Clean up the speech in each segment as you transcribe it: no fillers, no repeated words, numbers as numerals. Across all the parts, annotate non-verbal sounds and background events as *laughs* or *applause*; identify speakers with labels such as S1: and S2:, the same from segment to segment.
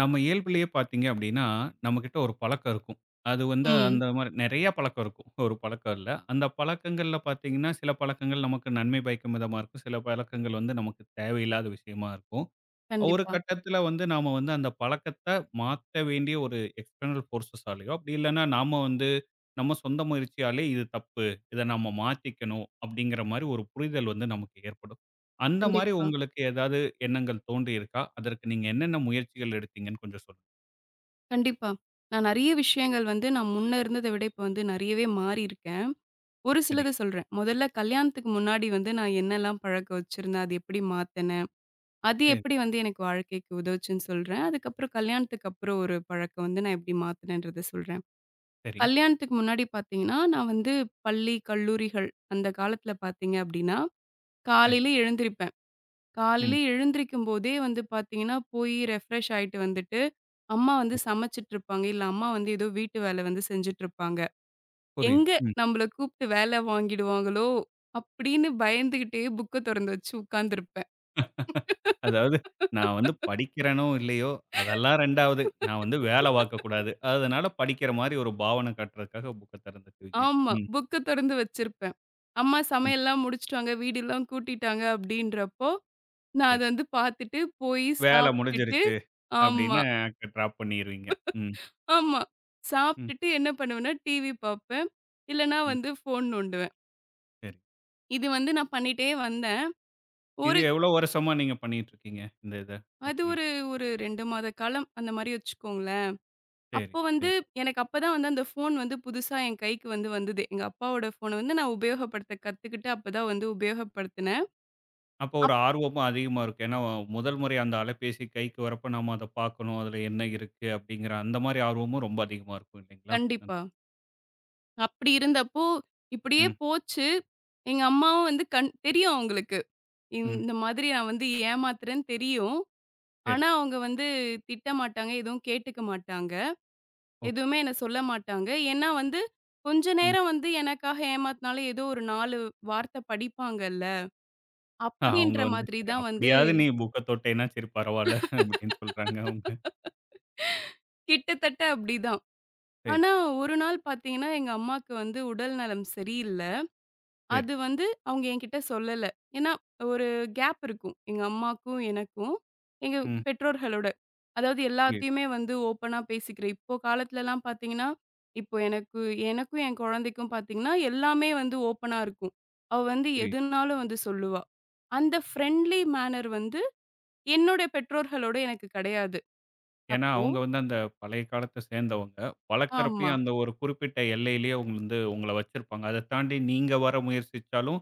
S1: நம்ம இயல்புலயே பார்த்தீங்க அப்படின்னா, நம்மகிட்ட ஒரு பழக்கம் இருக்கும். அது வந்து
S2: ம்.
S1: அந்த மாரி நெறைய பழக்கம் இருக்கும். ஒரு பழக்கம் இல்ல. அந்த பழக்கங்கள்ல பார்த்தீங்கன்னா, சில பழக்கங்கள் நமக்கு நன்மை பயக்கும் விதமா இருக்கும். சில பழக்கங்கள் வந்து நமக்கு தேவையில்லாத விஷயமா இருக்கும். ஒரு
S2: கண்டிப்பா,
S1: கட்டத்துல வந்து நாம வந்து அந்த பழக்கத்த மாத்த வேண்டிய ஒரு எக்ஸ்டர்னல் ஃபோர்ஸஸாலயோ, அப்படி இல்லன்னா நாம வந்து நம்ம சொந்த முயற்சியாலே இது தப்பு. இத நம்ம மாத்திக்கணும் அப்படிங்கிற மாரி ஒரு புரிதல் வந்து நமக்கு ஏற்படும். அந்த மாரி
S2: கண்டிப்பா,
S1: உங்களுக்கு ஏதாவது எண்ணங்கள் தோன்றியிருக்கா? அதற்கு நீங்க என்னென்ன முயற்சிகள் எடுத்தீங்கன்னு கொஞ்சம் சொல்லுங்க.
S2: கண்டிப்பா. நான் நெறைய விஷயங்கள் வந்து நான் முன்ன இருந்தத விட இப்ப வந்து நெறையவே மாறியிருக்கேன். ஒரு
S1: சரி,
S2: சிலத சொல்றேன். முதல்ல கல்யாணத்துக்கு முன்னாடி வந்து நான் என்னலாம் பழக்கம் வச்சிருந்தேன், அது எப்படி மாத்துனேன், அது
S1: சரி,
S2: எப்படி வந்து எனக்கு வாழ்க்கைக்கு உதவுச்சுன்னு சொல்றேன். அதுக்கப்புறம் கல்யாணத்துக்கு அப்புறம் ஒரு பழக்கம் வந்து நான் எப்படி மாத்துனேன்றத சொல்றேன்.
S1: சரி,
S2: கல்யாணத்துக்கு முன்னாடி பார்த்தீங்கன்னா, நான் வந்து பள்ளி, கல்லூரிகள் அந்த காலத்துல பார்த்தீங்க அப்படின்னா,
S1: சரி.
S2: காலையில எழுந்திரிப்பேன். காலையில
S1: ம்.
S2: எழுந்திரிக்கும் போதே வந்து பார்த்தீங்கன்னா, போய் ரெஃப்ரெஷ் ஆயிட்டு வந்துட்டு அம்மா வந்து
S1: ஓகே.
S2: சமைச்சுட்ருப்பாங்க. இல்ல அம்மா வந்து ஏதோ வீட்டு வேலை வந்து செஞ்சுட்ருப்பாங்க.
S1: புரியுது.
S2: எங்க
S1: ம்.
S2: நம்மள கூப்ட்டு வேலை வாங்கிடுவாங்களோ அப்படின்னு பயந்துகிட்டே புக்க தொறந்து வச்சு உட்காந்துருப்பேன்.
S1: அதாவது நான் வந்து படிக்கிறேனோ இல்லையோ, அதெல்லாம் 2வது. நான் வந்து வேல பார்க்கக்கூடாது. அதனால படிக்கிற மாரி ஒரு பாவனை காட்டுறதுக்காக புக்க திறந்துக்குவீங்க.
S2: ஆமா.
S1: ம்.
S2: புக்க தொறந்து வச்சிருப்பேன். அம்மா
S1: ம்.
S2: சமையல்லாம் முடிச்சுட்டாங்க, வீடெல்லாம் கூட்டிட்டாங்க அப்படின்றப்போ, நான்
S1: சரி.
S2: அத வந்து பார்த்துட்டு போய்
S1: வேலை
S2: சாப்ட்டுட்டு
S1: முடிஞ்சிருச்சு
S2: ஆமா,
S1: அப்படின்னு டிராப் பண்ணிருவீங்க. ம்,
S2: ஆமா.
S1: ம்,
S2: சாப்ட்டுட்டு என்ன பண்ணுவேன்னா, டிவி பார்ப்பேன். இல்லன்னா
S1: ம்.
S2: வந்து ஃபோன் நோண்டுவேன்.
S1: சரி.
S2: இது வந்து நான் பண்ணிட்டே வந்தேன்.
S1: இது
S2: ஒரு
S1: எவ்வளோ வருஷமா நீங்க பண்ணிட்டு இருக்கீங்க? இந்த இத
S2: அது
S1: அப்படியே.
S2: ஒரு ஒரு 2 மாத காலம் அந்த மாரி வச்சுக்கோங்களேன்.
S1: சரி,
S2: அப்போ வந்து
S1: சரி.
S2: எனக்கு அப்பதான் வந்து அந்த ஃபோன் வந்து புதுசா என் கைக்கு வந்து வந்தது. எங்க அப்பாவோட ஃபோன வந்து நான் உபயோகப்படுத்த கத்துக்கிட்டு அப்பதான் வந்து உபயோகப்படுத்தினேன்.
S1: அப்போ ஒரு
S2: அப்
S1: ஆர்வமும் அதிகமா இருக்கும். ஏன்னா முதல் முறை அந்த அலைபேசி கைக்கு வரப்ப நாம அத பார்க்கணும். அதுல என்ன இருக்கு அப்படிங்கிற அந்த மாரி ஆர்வமும் ரொம்ப அதிகமா இருக்கும் இல்லைங்களா? ம்,
S2: கண்டிப்பா. அப்படி இருந்தப்போ இப்படியே போச்சு. எங்க அம்மாவும் வந்து கண் தெரியும் அவங்களுக்கு.
S1: ம்.
S2: இந்த மாதிரி நான் வந்து ஏமாத்துறேன்னு தெரியும்.
S1: சரி.
S2: ஆனா அவங்க வந்து திட்ட மாட்டாங்க. எதுவும் கேட்டுக்க மாட்டாங்க.
S1: ஓகே.
S2: எதுவுமே என்ன சொல்ல மாட்டாங்க. ஏன்னா வந்து கொஞ்ச
S1: ம்.
S2: நேரம் வந்து எனக்காக ஏமாத்துனாலும் ஏதோ ஒரு 4 வார்த்தை படிப்பாங்கல்ல.
S1: ஆ அவங்க
S2: அப்படின்ற
S1: வந்து
S2: மாதிரி
S1: சரி
S2: தான் வந்து
S1: அப்படியாவது நீ புக்க தொட்டேன்னா சரி பரவால்ல அப்படின்னு சொல்றாங்க அவங்க.
S2: கிட்டத்தட்ட அப்படிதான்.
S1: சரி,
S2: ஆனா, ஒரு நாள் பார்த்தீங்கன்னா, எங்க அம்மாக்கு வந்து உடல் நலம் சரியில்ல.
S1: சரி.
S2: அது வந்து அவங்க என்கிட்ட சொல்லல. ஏன்னா, ஒரு கேப் இருக்கும். எங்க அம்மாக்கும், எனக்கும், எங்க
S1: ம்.
S2: பெற்றோர்களோட. அதாவது
S1: புரியுது,
S2: எல்லாத்தையுமே வந்து ஓப்பனா பேசிக்கிறேன். இப்போ காலத்துலலாம் பார்த்தீங்கன்னா, இப்போ எனக்கு எனக்கும் என் குழந்தைக்கும் பார்த்தீங்கன்னா, எல்லாமே வந்து ஓப்பனா இருக்கும். அவ வந்து
S1: புரியுது.
S2: எதுனாலும் வந்து சொல்லுவா. அந்த ஃப்ரெண்ட்லி மேனர் வந்து என்னோட பெற்றோர்களோட எனக்கு கிடையாது.
S1: ஏன்னா,
S2: அப்போ
S1: அவங்க வந்து அந்த பழைய காலத்த சேர்ந்தவங்க.
S2: ஆமா.
S1: வளர்க்கறப்பயும் அந்த ஒரு குறிப்பிட்ட எல்லையிலேயே அவங்க வந்து உங்கள வச்சிருப்பாங்க. அத தாண்டி நீங்க வர முயற்சிச்சாலும்,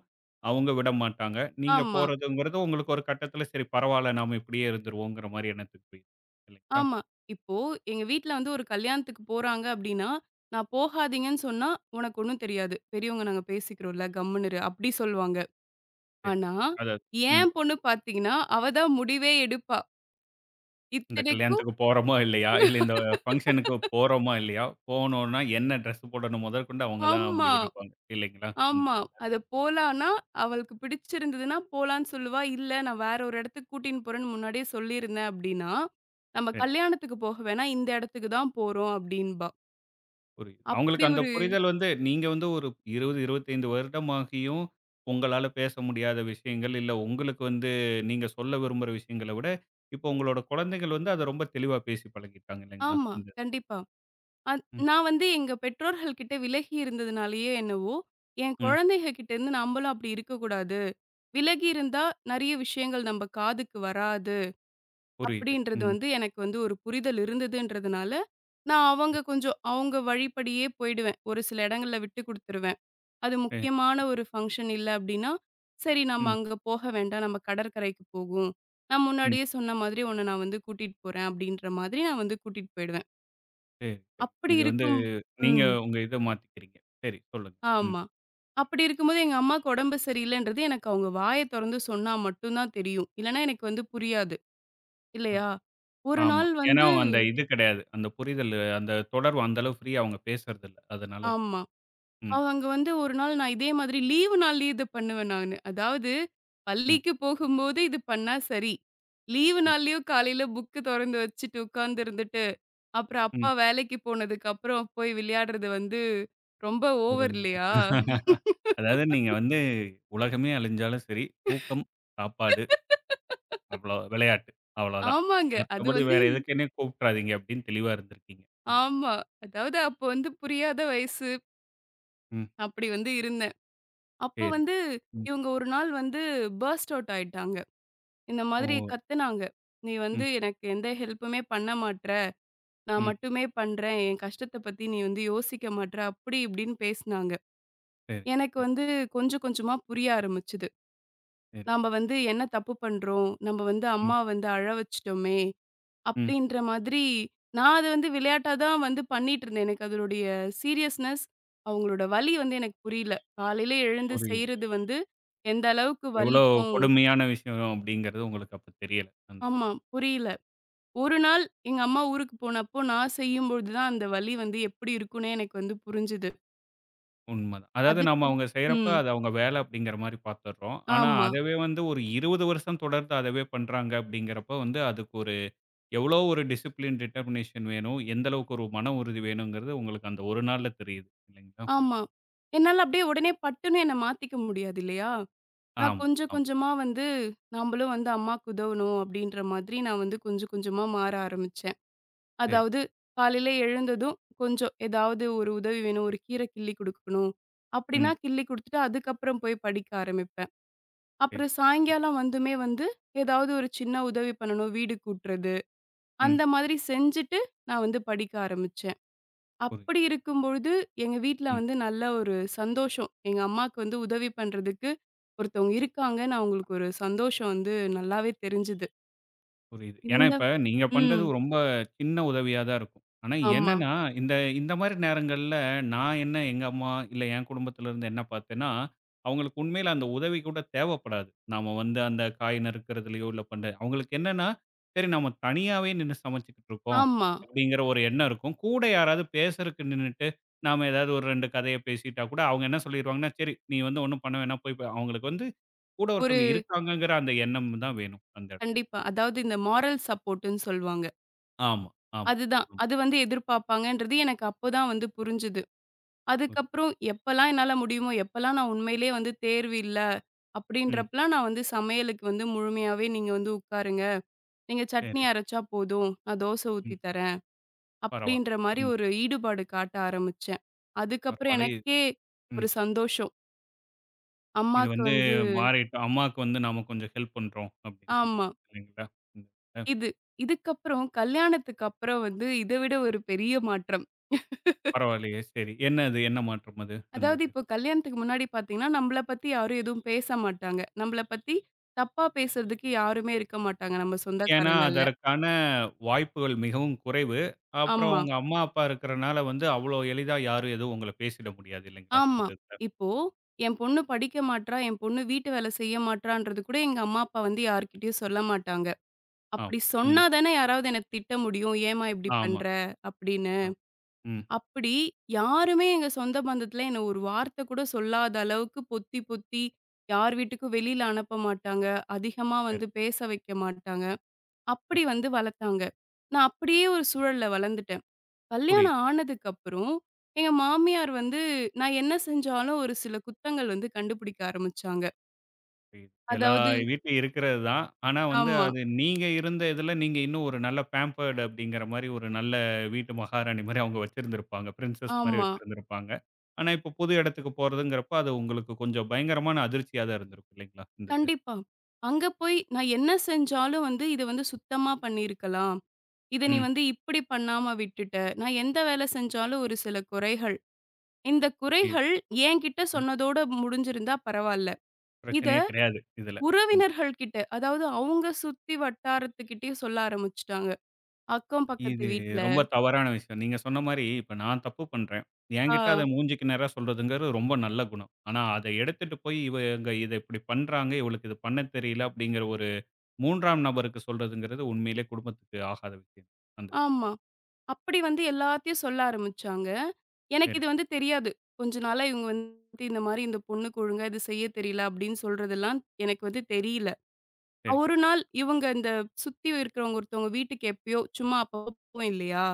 S1: அவங்க விடமாட்டாங்க. நீங்க
S2: ஆமா,
S1: போறதுங்கிறது உங்களுக்கு ஒரு கட்டத்தில சரி பரவால்ல, நாம இப்படியே இருந்துருவோங்கிற மாரி எண்ணத்துக்கு போயிரும். இல்லைங்களா?
S2: ஆமா. இப்போ எங்க வீட்ல வந்து ஒரு கல்யாணத்துக்கு போறாங்க அப்டின்னா, நான் போகாதீங்கன்னு சொன்னா, "உனக்கு ஒண்ணும் தெரியாது. பெரியவங்க நாங்க பேசிக்கிறோம்ல, கம்முனு இரு" அப்டி சொல்லுவாங்க.
S1: சரி.
S2: ஆனா,
S1: அதாவது ம்.
S2: என் பொண்ணு பாத்தீங்கன்னா, அவ தான் முடிவே எடுப்பா.
S1: இந்த
S2: இத்தனைக்கும்
S1: கல்யாணத்துக்கு போறோமா இல்லையா? இல்ல இந்த ஃபங்ஷனுக்கு போறோமா இல்லையா? போனோம்னா என்ன ட்ரெஸ் போடணும் முதற்கொண்டு அவங்க தான்
S2: ஆமா,
S1: முடிவெடுப்பாங்க. இல்லைங்களா? அந்த
S2: ஆமா. அத போலான்னா, அவளுக்கு பிடிச்சிருந்ததுன்னா போலான்னு சொல்லுவா. இல்ல நான் வேற ஒரு இடத்துக்கு கூட்டின்னு போறேன்னு முன்னாடியே சொல்லியிருந்தேன் அப்டின்னா, "நம்ம
S1: சரி.
S2: கல்யாணத்துக்கு போக வேணாம். இந்த இடத்துக்கு தான் போறோம்" அப்டின்பா.
S1: புரியுது.
S2: அப்டி
S1: அவங்களுக்கு அந்த
S2: ஒரு
S1: புரிதல் வந்து நீங்க வந்து ஒரு 20, 25 வருடமாகியும் உங்களால பேச முடியாத விஷயங்கள், இல்ல உங்களுக்கு வந்து நீங்க சொல்ல விரும்புற விஷயங்கள விட, இப்போ உங்களோட குழந்தைகள் வந்து அத ரொம்ப தெளிவா பேசி பழகிட்டாங்க இல்லைங்களா?
S2: ஆமா,
S1: இந்த
S2: கண்டிப்பா. அத்
S1: ம்,
S2: நான் வந்து எங்க பெற்றோர்கள் கிட்ட விலகி இருந்ததுனாலயோ என்னவோ, என்
S1: ம்.
S2: குழந்தைக கிட்டேருந்து நம்பளும் அப்படி இருக்கக்கூடாது. விலகி இருந்தா நெறைய விஷயங்கள் நம்ப காதுக்கு வராது.
S1: புரியுது.
S2: அப்படின்றது
S1: ம்.
S2: வந்து எனக்கு வந்து ஒரு புரிதல் இருந்ததுன்றதுனால, நான் அவங்க கொஞ்சம் அவங்க வழிப்படியே போயிடுவேன். ஒரு சில இடங்கள்ல விட்டு குடுத்துருவேன். அது
S1: சரி.
S2: முக்கியமான ஒரு ஃபங்ஷன் இல்ல அப்படின்னா, சரி நம்ம
S1: ம்,
S2: அங்க போக வேண்டாம். நம்ம கடற்கரைக்கு போகும். நான்
S1: ம்.
S2: முன்னாடியே சொன்ன மாதிரி உன்ன நான் வந்து கூட்டிட்டு போறேன் அப்படின்ற மாதிரி நான் வந்து கூட்டிட்டு போயிடுவேன்.
S1: சரி, சரி.
S2: அப்படி
S1: இது வந்து
S2: இருக்கும்
S1: நீங்க
S2: ம்.
S1: உங்க இத மாத்திக்கிறீங்க. சரி சொல்லுங்க. ம்.
S2: ஆமா. அப்படி இருக்கும்போது எங்க அம்மாக்கு உடம்பு சரியில்லன்றது எனக்கு அவங்க வாய தொறந்து சொன்னா மட்டும் தான் தெரியும். இல்லனா எனக்கு வந்து புரியாது. இல்லையா?
S1: புரியுது.
S2: ஒரு
S1: ஆமா.
S2: நாள்
S1: ஏன்னா
S2: வந்து
S1: அவங்க அந்த இது கிடையாது. அந்த புரிதல் அந்த தொடர்பு அந்த அளவு ஃப்ரீயா அவங்க பேசுறதில்ல. அதனால உங்க-
S2: ஆமா.
S1: ம்,
S2: அவங்க வந்து ஒரு நாள் நான் இதே மாதிரி லீவு நாள்லயே இத பண்ணுவேன் நானு. அதாவது
S1: ம்.
S2: பள்ளிக்கு போகும்போது இது பண்ணா சரி. லீவு
S1: சரி.
S2: நாள்லயும் காலையில புக்கு தொறந்து வச்சுட்டு உட்கார்ந்து இருந்துட்டு, அப்புறம் அப்பா
S1: ம்.
S2: வேலைக்கு போனதுக்கப்புறம் போய் விளையாடுறது வந்து ரொம்ப
S1: ஒரு
S2: ஓவர் இல்லையா?
S1: *laughs* அதாவது நீங்க வந்து உலகமே அழிஞ்சாலும் சரி, தூக்கம், சாப்பாடு, அவ்வளோ விளையாட்டு அவ்வளோதான்.
S2: ஆமாங்க. அது
S1: மத்தபடி
S2: வந்து
S1: வேற எதுக்குன்னே கூப்பிட்றாதீங்க அப்படின்னு தெளிவா இருந்திருக்கீங்க. ம்,
S2: ஆமா. அதாவது அப்போ வந்து புரியாத வயசு.
S1: ம்.
S2: அப்படி வந்து இருந்தேன். அப்போ
S1: சரி.
S2: வந்து
S1: ம்.
S2: இவங்க ஒரு நாள் வந்து பர்ஸ்ட் அவுட் ஆயிட்டாங்க. இந்த
S1: ஓ!
S2: மாதிரி கத்துனாங்க. "நீ
S1: ம்,
S2: வந்து எனக்கு எந்த ஹெல்ப்புமே பண்ண மாட்ற. நான்
S1: ம்.
S2: மட்டுமே பண்றேன். என் கஷ்டத்த பத்தி நீ வந்து யோசிக்க மாட்ற." அப்படி இப்படின்னு பேசுனாங்க.
S1: சரி,
S2: எனக்கு
S1: சரி,
S2: வந்து கொஞ்சம் கொஞ்சமா புரிய ஆரம்பிச்சது.
S1: சரி.
S2: நாம வந்து என்ன தப்பு பண்றோம்? நம்ம வந்து
S1: ம்,
S2: அம்மா வந்து அழ வச்சுட்டோமே!
S1: ம்.
S2: அப்படின்ற மாதிரி, நான் அத வந்து விளையாட்டா தான் வந்து பண்ணிட்டுருந்தேன். எனக்கு அதனுடைய சீரியஸ்னஸ், அவங்களோட வலி வந்து எனக்கு புரியல. காலையில எழுந்து
S1: புரியுது.
S2: செய்றது வந்து, எந்த அளவுக்கு
S1: எவ்வளோ
S2: வலிக்கும்
S1: கொடுமையான விஷயம் அப்படிங்கிறது உங்களுக்கு அப்ப தெரியல. அந்த
S2: ஆமா, புரியல. ஒரு நாள் எங்க அம்மா ஊருக்கு போனப்போ, நான் செய்யும்பொழுது தான் அந்த வலி வந்து எப்படி இருக்குன்னே எனக்கு வந்து புரிஞ்சுது.
S1: உண்மதான். அதாவது நம்ம
S2: அதுக்கு
S1: அவங்க செய்றப்ப
S2: ம்.
S1: அது அவங்க வேலை அப்படிங்கிற மாரி பார்த்துடுறோம். ஆனா,
S2: ஆமா,
S1: அதவே வந்து ஒரு 20 வருஷம் தொடர்ந்து அதவே பண்றாங்க அப்படிங்கிறப்ப வந்து அதுக்கு ஒரு எவ்வளோ ஒரு டிசிப்ளின், டிட்டர்மினேஷன் வேணும், எந்த அளவுக்கு ஒரு மன உறுதி வேணுங்கிறது உங்களுக்கு அந்த ஒரு நாள்ல தெரியுது இல்லைங்களா?
S2: ஆமா. என்னால அப்படியே உடனே பட்டுன்னு என்ன மாத்திக்க முடியாது இல்லையா? நான்
S1: ஆமா,
S2: கொஞ்சம்
S1: ஆமா.
S2: கொஞ்சமா வந்து, "நாமளும் வந்து அம்மாக்கு உதவணும்." அப்படின்ற மாதிரி நான் வந்து கொஞ்சம் கொஞ்சமா மாற ஆரம்பிச்சேன்.
S1: சரி.
S2: அதாவது காலையில எழுந்ததும் கொஞ்சம் ஏதாவது ஒரு உதவி வேணும். ஒரு கீரை கிள்ளி குடுக்கணும். அப்படின்னா
S1: ம்.
S2: கிள்ளி குடுத்துட்டு அதுக்கப்புறம் போய் படிக்க ஆரம்பிப்பேன்.
S1: சரி.
S2: அப்புறம்
S1: ம். புரியுது.
S2: சாயங்காலம் வந்துமே வந்து ஏதாவது ஒரு சின்ன உதவி பண்ணணும். வீடு கூட்டுறது.
S1: ம்.
S2: அந்த மாதிரி செஞ்சுட்டு நான் வந்து படிக்க ஆரம்பிச்சேன்.
S1: புரியுது
S2: அப்படி இருக்கும்பொழுது எங்க வீட்ல வந்து நல்ல ஒரு சந்தோஷம். எங்க அம்மாக்கு வந்து உதவி பண்றதுக்கு ஒருத்தவங்க இருக்காங்கன்னு அவங்களுக்கு ஒரு சந்தோஷம் வந்து நல்லாவே தெரிஞ்சது.
S1: புரியுது. ஏன்னா,
S2: இந்த
S1: இப்ப நீங்க பண்றது
S2: ம்.
S1: ரொம்ப சின்ன உதவியா தான் இருக்கும். ஆனா
S2: ஆமா,
S1: என்னன்னா, இந்த இந்த மாரி நேரங்கள்ல நான் என்ன எங்க அம்மா, இல்ல என் குடும்பத்துல இருந்து என்ன பார்த்தேன்னா, அவங்களுக்கு உண்மையில அந்த உதவி கூட தேவைப்படாது. நாம வந்து அந்த காய் நறுக்குறதுலயோ, இல்ல பண்ற அவங்களுக்கு என்னன்னா, சரி நம்ம தனியாவே நின்னு சமைச்சுக்கிட்டு இருக்கோம்,
S2: ஆமா.
S1: அப்படிங்கிற ஒரு எண்ணம் இருக்கும். கூட யாராவது பேசறக்கு நின்னுட்டு, நாம ஏதாவது ஒரு 2 கதைய பேசிட்டா கூட, அவங்க என்ன சொல்லிருவாங்கன்னா, சரி நீ வந்து ஒண்ணும் பண்ண வேணாம் அவங்களுக்கு வந்து கூட ஒருத்தவங்க இருக்காங்கங்கிற அந்த எண்ணம் தான் வேணும் அந்த இடத்துல.
S2: கண்டிப்பா. அதாவது இந்த மாரல் சப்போர்ட்ன்னு சொல்லுவாங்க.
S1: ஆமா, ஆமா.
S2: அதுதான்.
S1: ம்.
S2: அது வந்து எதிர்பார்ப்பாங்கன்றது எனக்கு அப்பதான் வந்து புரிஞ்சுது.
S1: புரி
S2: அதுக்கப்புறம் எப்பலாம் என்னால முடியுமோ, எப்பலாம் நான் உண்மையிலேயே வந்து தேர்வு இல்ல
S1: ம்.
S2: அப்படின்றப்பலாம் நான் வந்து சமையலுக்கு வந்து முழுமையாவே நீங்க வந்து உட்காருங்க. நீங்க சட்னி
S1: சரி.
S2: அரைச்சா போதும். நான் தோசை
S1: ம்.
S2: ஊத்தி தரேன்.
S1: பரவால்ல.
S2: அப்படின்ற மாரி
S1: ம்.
S2: ஒரு ஈடுபாடு காட்ட ஆரம்பிச்சேன். அதுக்கப்புறம்
S1: பரவால்ல.
S2: எனக்கே ஒரு
S1: ம்.
S2: சந்தோஷம்.
S1: இது
S2: அம்மாக்கு
S1: வந்து
S2: வந்து
S1: மாறிட்டு அம்மாவுக்கு வந்து நாம கொஞ்சம் ஹெல்ப் பண்றோம் அப்படின்னு சொல்லிட்டு
S2: ஆமா.
S1: இல்லைங்களா? ம். அ
S2: இது இதுக்கப்புறம் கல்யாணத்துக்கு அப்புறம் வந்து இத விட ஒரு பெரிய மாற்றம்.
S1: பரவாயில்லையே! சரி. என்ன அது? என்ன மாற்றம் அது? அந்த
S2: அதாவது
S1: இது.
S2: இப்போ கல்யாணத்துக்கு முன்னாடி பார்த்தீங்கன்னா, நம்மள பத்தி யாரும் எதுவும் பேச மாட்டாங்க. நம்மள பத்தி தப்பா பேசுறதுக்கு யாருமே இருக்க மாட்டாங்க நம்ம
S1: ஏன்னா,
S2: சொந்தக்காரங்கள்ல.
S1: அதற்கான வாய்ப்புகள் மிகவும் குறைவு. அப்புறம்
S2: ஆமா,
S1: உங்க அம்மா, அப்பா இருக்கிறனால வந்து அவ்வளோ எளிதா யாரும் எதுவும் உங்கள பேசிட முடியாது இல்லைங்களா?
S2: ஆமா.
S1: இந்த இதுல.
S2: இப்போ என் பொண்ணு படிக்க மாட்றா, என் பொண்ணு வீட்டு வேலை செய்ய மாட்றான்றது கூட எங்க அம்மா, அப்பா வந்து யார்கிட்டயும் சொல்ல மாட்டாங்க.
S1: ஆமா.
S2: அப்படி
S1: ம்.
S2: சொன்னா தானே யாராவது என்ன திட்ட முடியும். "ஏம்மா இப்படி
S1: ஆமா.
S2: பண்ற?" அப்படின்னு.
S1: ஆமா. ம்.
S2: அப்படி யாருமே எங்க சொந்த பந்தத்துல என்ன ஒரு வார்த்தை கூட சொல்லாத அளவுக்கு பொத்தி பொத்தி யார் வீட்டுக்கும் வெளியில அனுப்ப மாட்டாங்க. அதிகமா
S1: சரி,
S2: வந்து பேச வைக்க மாட்டாங்க.
S1: சரி.
S2: அப்படி வந்து வளர்த்தாங்க. நான் அப்படியே ஒரு சூழல்ல வளர்ந்துட்டேன்.
S1: புரியுது.
S2: கல்யாணம் ஆனதுக்கப்புறம், எங்க மாமியார் வந்து நான் என்ன செஞ்சாலும் ஒரு சில குத்தங்கள் வந்து கண்டுபிடிக்க ஆரம்பிச்சாங்க.
S1: புரியுது. எல்லா
S2: அதாவது
S1: வீட்லயும் இருக்கிறது தான். ஆனா வந்து
S2: ஆமா,
S1: அது நீங்க இருந்த இதுல நீங்க இன்னும் ஒரு நல்ல பேம்பர்டு அப்படிங்கிற மாரி ஒரு நல்ல வீட்டு மகாராணி மாரி அவங்க வச்சிருந்திருப்பாங்க. பிரின்சஸ் மாரி
S2: ஆமா.
S1: வச்சிருந்திருப்பாங்க. ஆனா இப்ப புது இடத்துக்கு போறதுங்கிறப்ப அது உங்களுக்கு கொஞ்சம் பயங்கரமான அதிர்ச்சியா தான் இருந்திருக்கும் இல்லைங்களா? இந்த இது.
S2: கண்டிப்பா. அங்க போய் நான் என்ன செஞ்சாலும் வந்து "இத வந்து சுத்தமா பண்ணியிருக்கலாம். இத நீ
S1: ம்.
S2: வந்து இப்படி பண்ணாம விட்டுட்ட." நான் எந்த வேலை செஞ்சாலும் ஒரு சில குறைகள். இந்த
S1: புரியுது.
S2: குறைகள் என்கிட்ட
S1: ம்.
S2: சொன்னதோட முடிஞ்சிருந்தா பரவால்ல. இத
S1: பிரச்சனையே கிடையாது இதுல. ம்.
S2: உறவினர்கள் கிட்ட, அதாவது அவங்க சுத்தி வட்டாரத்துக்கிட்டயே சொல்ல ஆரம்பிச்சுட்டாங்க. அக்கம் பக்கத்து
S1: இது
S2: வீட்ல.
S1: ரொம்ப தவறான விஷயம். நீங்க சொன்ன மாரி இப்ப நான் தப்பு பண்றேன். என்கிட்ட அத
S2: ஆ,
S1: மூஞ்சுக்கு நேரா சொல்றதுங்கிறது ரொம்ப நல்ல குணம். ஆனா அத எடுத்துட்டு போய் இவங்க இத இப்படி பண்றாங்க, இவளுக்கு இது பண்ண தெரியல அப்படிங்கிற ஒரு 3ஆம் நபருக்கு சொல்றதுங்கிறது உண்மையிலே குடும்பத்துக்கு ஆகாத விஷயம். அந்த
S2: ஆமா. அப்படி வந்து எல்லாத்தையும் சொல்ல ஆரம்பிச்சாங்க. எனக்கு
S1: சரி,
S2: இது வந்து தெரியாது. கொஞ்ச நாளா இவங்க வந்து இந்த மாரி இந்த பொண்ணுக்கு ஒழுங்கா இது செய்ய தெரியல அப்படின்னு சொல்றதெல்லாம் எனக்கு வந்து தெரியல.
S1: சரி.
S2: ஒரு நாள் இவங்க இந்த சுத்தி இருக்கிறவங்க ஒருத்தவங்க வீட்டுக்கு எப்பயோ சும்மா அப்பப்போ போவோம் இல்லையா?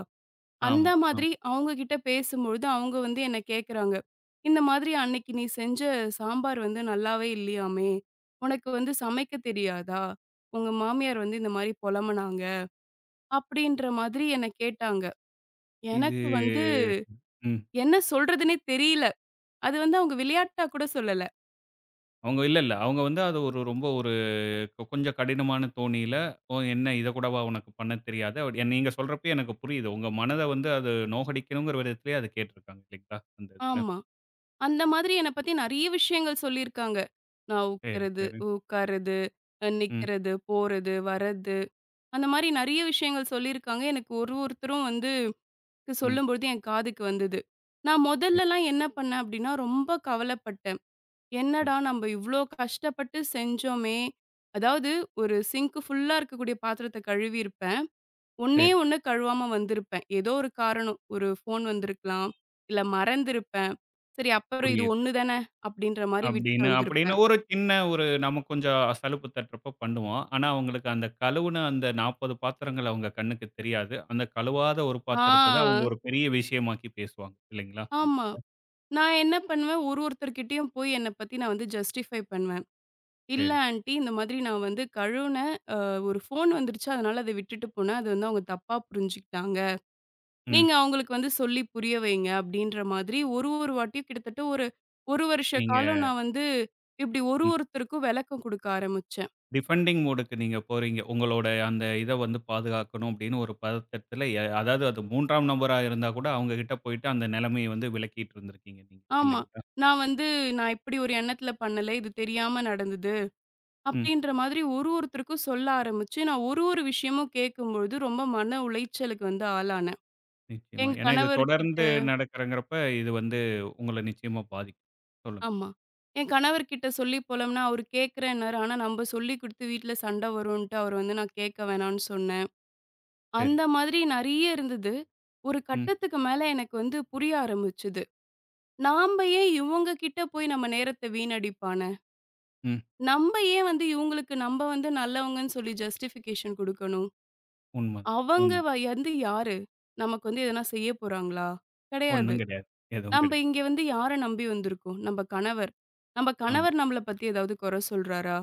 S2: அந்த
S1: ஆமா,
S2: மாதிரி
S1: ஆமா.
S2: அவங்க கிட்ட பேசும்பொழுது, அவங்க வந்து என்ன கேட்குறாங்க. "இந்த மாதிரி அன்னைக்கு நீ செஞ்ச சாம்பார் வந்து நல்லாவே இல்லையாமே! உனக்கு வந்து சமைக்க தெரியாதா? உங்க மாமியார் வந்து இந்த மாரி புலம்புனாங்க." அப்படின்ற மாதிரி என்ன கேட்டாங்க.
S1: இது
S2: எனக்கு வந்து
S1: ம்.
S2: என்ன சொல்றதுன்னே தெரியல. அது வந்து அவங்க விளையாட்டா கூட சொல்லல.
S1: அவங்க இல்ல, இல்ல. அவங்க வந்து அது ஒரு ரொம்ப ஒரு கொஞ்சம் கடினமான தோணியில, "ஓ என்ன இத கூடவா உனக்கு பண்ண தெரியாது?" அப்படி நீங்க சொல்றப்பயே எனக்கு புரியுது. உங்க மனத வந்து அது நோகடிக்கணுங்கிற விதத்திலேயே அத கேட்டிருக்காங்க இல்லைங்களா? அந்த இதுல.
S2: ஆமா. அந்த மாதிரி என்ன பத்தி நெறைய விஷயங்கள் சொல்லியிருக்காங்க. நான்
S1: சரி,
S2: உட்கறது,
S1: சரி.
S2: உட்கார்றது, அ
S1: ம்,
S2: நிக்கிறது, போறது, வர்றது, அந்த மாரி நெறைய விஷயங்கள் சொல்லியிருக்காங்க. எனக்கு ஒரு ஒருத்தரும் வந்து
S1: ம்.
S2: சொல்லும்பொழுது என் காதுக்கு வந்தது. நான்
S1: சரி,
S2: முதல்லலாம் என்ன பண்ணேன் அப்டின்னா, ரொம்ப கவலப்பட்டேன்.
S1: சரி,
S2: என்னடா நம்ப இவ்ளோ கஷ்டப்பட்டு செஞ்சோமே! அதாவது ஒரு சிங்க் ஃபுல்லா இருக்கக்கூடிய பாத்திரத்த கழுவியிருப்பேன். ஒண்ணே
S1: சரி.
S2: ஒண்ணு கழுவாம வந்திருப்பேன். ஏதோ ஒரு காரணம். ஒரு ஃபோன் வந்திருக்கலாம், இல்ல மறந்திருப்பேன். சரி அப்புறம் இது
S1: புரியுது.
S2: ஒண்ணு தானே அப்டின்ற மாரி விட்டுட்டு
S1: அப்படின்னு அப்படின்னு
S2: வந்திருப்பேன்.
S1: ஒரு சின்ன ஒரு நமக்கு கொஞ்சம் சலுப்பு தட்டுறப்ப பண்ணுவோம். ஆனா, அவங்களுக்கு அந்த கழுவுன அந்த 40 பாத்திரங்கள் அவங்க கண்ணுக்கு தெரியாது. அந்த கழுவாத ஒரு பாத்திரத்த தான் அவங்க
S2: ஆ
S1: ஒரு பெரிய விஷயமாக்கி பேசுவாங்க. இல்லைங்களா?
S2: ஆமா.
S1: இந்த-
S2: நான் என்ன பண்ணுவேன், ஒருத்தர்கிட்டயும் போய் என்ன பத்தி நான் வந்து ஜஸ்டிஃபை பண்ணுவேன். இல்ல
S1: சரி.
S2: ஆன்டி இந்த மாதிரி நான் வந்து கழுவுன ஒரு ஃபோன் வந்துருச்சு. அதனால அத விட்டுட்டு போனேன். அது வந்து அவங்க தப்பா புரிஞ்சுக்கிட்டாங்க.
S1: ம்.
S2: நீங்க அவங்களுக்கு வந்து சொல்லி புரிய வைங்க அப்டின்ற மாதிரி ஒரு ஒரு வாட்டியும் கிட்டத்தட்ட ஒரு, 1 வருஷ
S1: நீங்க
S2: காலம் நான் வந்து இப்டி ஒரு
S1: ம்.
S2: ஒருத்தருக்கும் விளக்கம் குடுக்க ஆரம்பிச்சேன்.
S1: டிஃபெண்டிங் மோடுக்கு நீங்க போறீங்க. உங்களோட அந்த இத வந்து பாதுகாக்கணும் அப்படின்னு ஒரு பதட்டத்துல அதாவது அது 3ஆம் நபரா இருந்தா கூட அவங்க கிட்ட போயிட்டு அந்த நிலைமைய வந்து விளக்கிட்டு இருந்திருக்கீங்க நீங்க.
S2: ஆமா.
S1: இல்லைங்களா?
S2: நான் வந்து நான் இப்டி ஒரு எண்ணத்துல பண்ணல. இது தெரியாம நடந்தது.
S1: ம்.
S2: அப்டின்ற மாதிரி ஒருத்தருக்கும் சொல்ல ஆரம்பிச்சு, நான் ஒரு ஒரு விஷயமும் கேட்கும்பொழுது ரொம்ப மன உளைச்சலுக்கு வந்து ஆளானேன்.
S1: நிச்சயமா.
S2: எங்க
S1: ஏன்னா இது
S2: கணவர்கிட்ட
S1: தொடர்ந்து நடக்கிறங்கிறப்ப இது வந்து உங்கள நிச்சயமா பாதிக்கும். சொல்லுங்க.
S2: ஆமா. என் கணவர்கிட்ட சொல்லி போலம்ன்னா, அவரு கேட்கிறேன்னாரு. ஆனா, நம்ப சொல்லி குடுத்து வீட்ல சண்ட வருன்ட்டு அவரு வந்து நான் கேட்க வேணான்னு சொன்னேன்.
S1: சரி.
S2: அந்த மாதிரி நெறைய இருந்தது. ஒரு
S1: ம்,
S2: கட்டத்துக்கு மேல எனக்கு வந்து புரிய ஆரம்பிச்சது. நாம்ப ஏன் இவங்க கிட்ட போய் நம்ம நேரத்த வீணடிப்பான?
S1: ம்.
S2: நம்ப ஏன் வந்து இவங்களுக்கு நம்ப வந்து நல்லவங்கன்னு சொல்லி ஜஸ்டிஃபிகேஷன் குடுக்கணும்?
S1: உண்மதான்.
S2: அவங்க
S1: உண்ம.
S2: வ வந்து யாரு? நமக்கு வந்து எதனா செய்ய போறாங்களா? கிடையாது.
S1: ஒண்ணும் கிடையாது. எதுவும்
S2: நம்ப
S1: கிடையாது.
S2: இங்க வந்து யார நம்பி வந்திருக்கோம்? நம்ப கணவர். நம்ப
S1: ஆ
S2: கணவர் நம்மள பத்தி ஏதாவது குறை சொல்றாரா?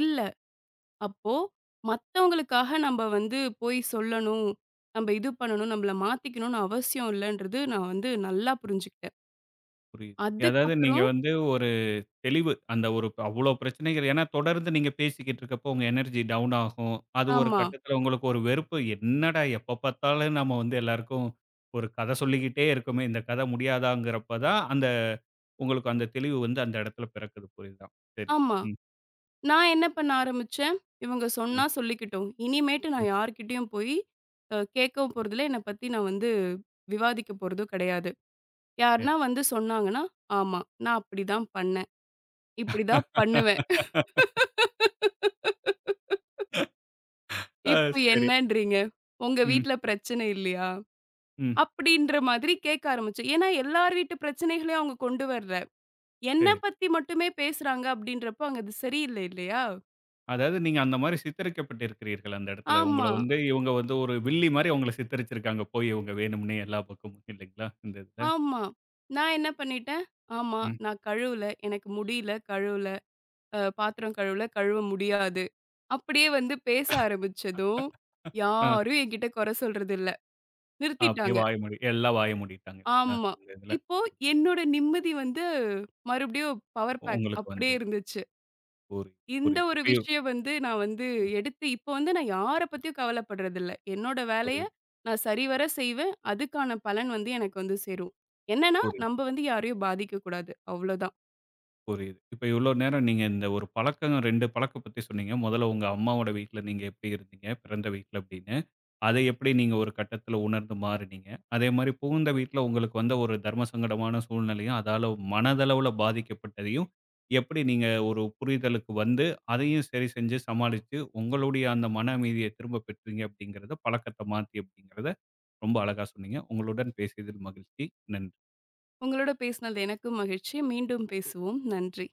S2: இல்ல. அப்போ மத்தவங்களுக்காக நம்ப வந்து போய் சொல்லணும். நம்ப இது பண்ணணும். நம்மள மாத்திக்கணும்னு அவசியம் இல்லன்றது நான் வந்து நல்லா புரிஞ்சுக்கிட்டேன்.
S1: புரியுது. அதாவது நீங்க
S2: அதுக்கப்புறம்
S1: வந்து ஒரு தெளிவு. அந்த ஒரு அவ்ளோ பிரச்சனைகள் ஏன்னா தொடர்ந்து நீங்க பேசிக்கிட்டு இருக்கப்போ உங்க எனர்ஜி டவுன் ஆகும். அது ஒரு
S2: ஆமா,
S1: கட்டத்தில உங்களுக்கு ஒரு வெறுப்பு. என்னடா எப்ப பார்த்தாலும் நம்ம வந்து எல்லாருக்கும் ஒரு கதை சொல்லிக்கிட்டே இருக்கோமே! இந்த கதை முடியாதாங்கிறப்ப தான் அந்த உங்களுக்கு அந்த தெளிவு வந்து அந்த இடத்துல பிறக்குது. புரியுதா? சரி.
S2: ஆமா.
S1: ம்,
S2: நான் என்ன பண்ண ஆரம்பிச்சேன்? இவங்க
S1: ம்,
S2: சொன்னா சொல்லிக்கிட்டும். இனிமேட்டு
S1: ம்.
S2: நான் யார்கிட்டயும் போய் அ கேட்கவும் போறதில்ல. என்ன பத்தி நான் வந்து விவாதிக்க போறதும் கிடையாது.
S1: சரி.
S2: யாருன்னா வந்து சொன்னாங்கன்னா, ஆமா. நான் அப்படிதான் பண்ணேன். இப்படிதான் பண்ணுவேன்.
S1: *laughs* ஆ
S2: இப்போ
S1: சரி.
S2: என்னன்றீங்க? உங்க
S1: ம்,
S2: வீட்ல பிரச்சனை இல்லையா?
S1: ம்.
S2: அப்படின்ற மாதிரி கேட்க ஆரம்பிச்சோம். ஏன்னா எல்லார் வீட்டு பிரச்சனைகளையும் அவங்க கொண்டு வரல. என்ன
S1: சரி.
S2: பத்தி மட்டுமே பேசுறாங்க அப்படின்றப்போ, அங்க அது சரியில்ல இல்லையா?
S1: அதாவது நீங்க அந்த மாரி சித்தரிக்கப்பட்டிருக்கிறீர்கள் அந்த இடத்துல. உங்கள
S2: ஆமா,
S1: வந்து இவங்க வந்து ஒரு வில்லி மாரி உங்கள சித்தரிச்சிருக்காங்க. போய் இவங்க வேணும்னே எல்லா பக்கமும் இல்லைங்களா? இந்த இதுல.
S2: ஆமா. நான் என்ன பண்ணிட்டேன், ஆமா
S1: ம்.
S2: நான் கழுவல. எனக்கு முடியல கழுவல. அ பாத்திரம் கழுவல, கழுவ முடியாது. அப்படியே வந்து பேச ஆரம்பிச்சதும்,
S1: ஆ
S2: யாரும் என்கிட்ட குறை சொல்றது இல்ல.
S1: அப்படியே
S2: நிறுத்திட்டாங்க.
S1: வாய மூடி எல்லாம் வாய மூடிட்டாங்க இல்லைங்களா?
S2: ஆமா.
S1: இந்த இதுல.
S2: இப்போ என்னோட நிம்மதி வந்து மறுபடியும் பவர் பேக்
S1: உங்களுக்கு
S2: அப்படியே
S1: வந்துருச்சு.
S2: இருந்துச்சு.
S1: புரியுது,
S2: இந்த
S1: புரியுது.
S2: ஒரு
S1: இப்பயும்
S2: விஷயம் வந்து நான் வந்து எடுத்து இப்போ வந்து நான் யார பத்தியும் கவலைப்படுறதில்ல. என்னோட வேலைய
S1: புரியுது,
S2: நான் சரிவர செய்வேன். அதுக்கான பலன் வந்து எனக்கு வந்து சேரும். என்னன்னா,
S1: புரியுது,
S2: நம்ப வந்து யாரையும் பாதிக்கக்கூடாது. அவ்வளோதான்.
S1: புரியுது. இப்ப இவ்வளோ நேரம் நீங்க இந்த ஒரு பழக்கம் 2 பழக்கம் பத்தி சொன்னீங்க. முதல்ல உங்க அம்மாவோட வீட்ல நீங்க எப்படி இருந்தீங்க? பிறந்த வீட்ல அப்படின்னு. அதை எப்படி நீங்க ஒரு கட்டத்துல உணர்ந்து மாறுனீங்க? அதே மாரி புகுந்த வீட்ல உங்களுக்கு வந்த ஒரு தர்ம சங்கடமான சூழ்நிலையும், அதால மனதளவுல பாதிக்கப்பட்டதையும், எப்படி நீங்க ஒரு புரிதலுக்கு வந்து, அதையும் சரி செஞ்சு சமாளிச்சு, உங்களுடைய அந்த மன அமைதிய திரும்ப பெற்றீங்க அப்படிங்கிறத, பழக்கத்த மாத்தி அப்படிங்கிறத ரொம்ப அழகா சொன்னீங்க. உங்களுடன் பேசியதில் மகிழ்ச்சி. நன்றி.
S2: உங்களோட பேசினது எனக்கும் மகிழ்ச்சி. மீண்டும் பேசுவோம். நன்றி.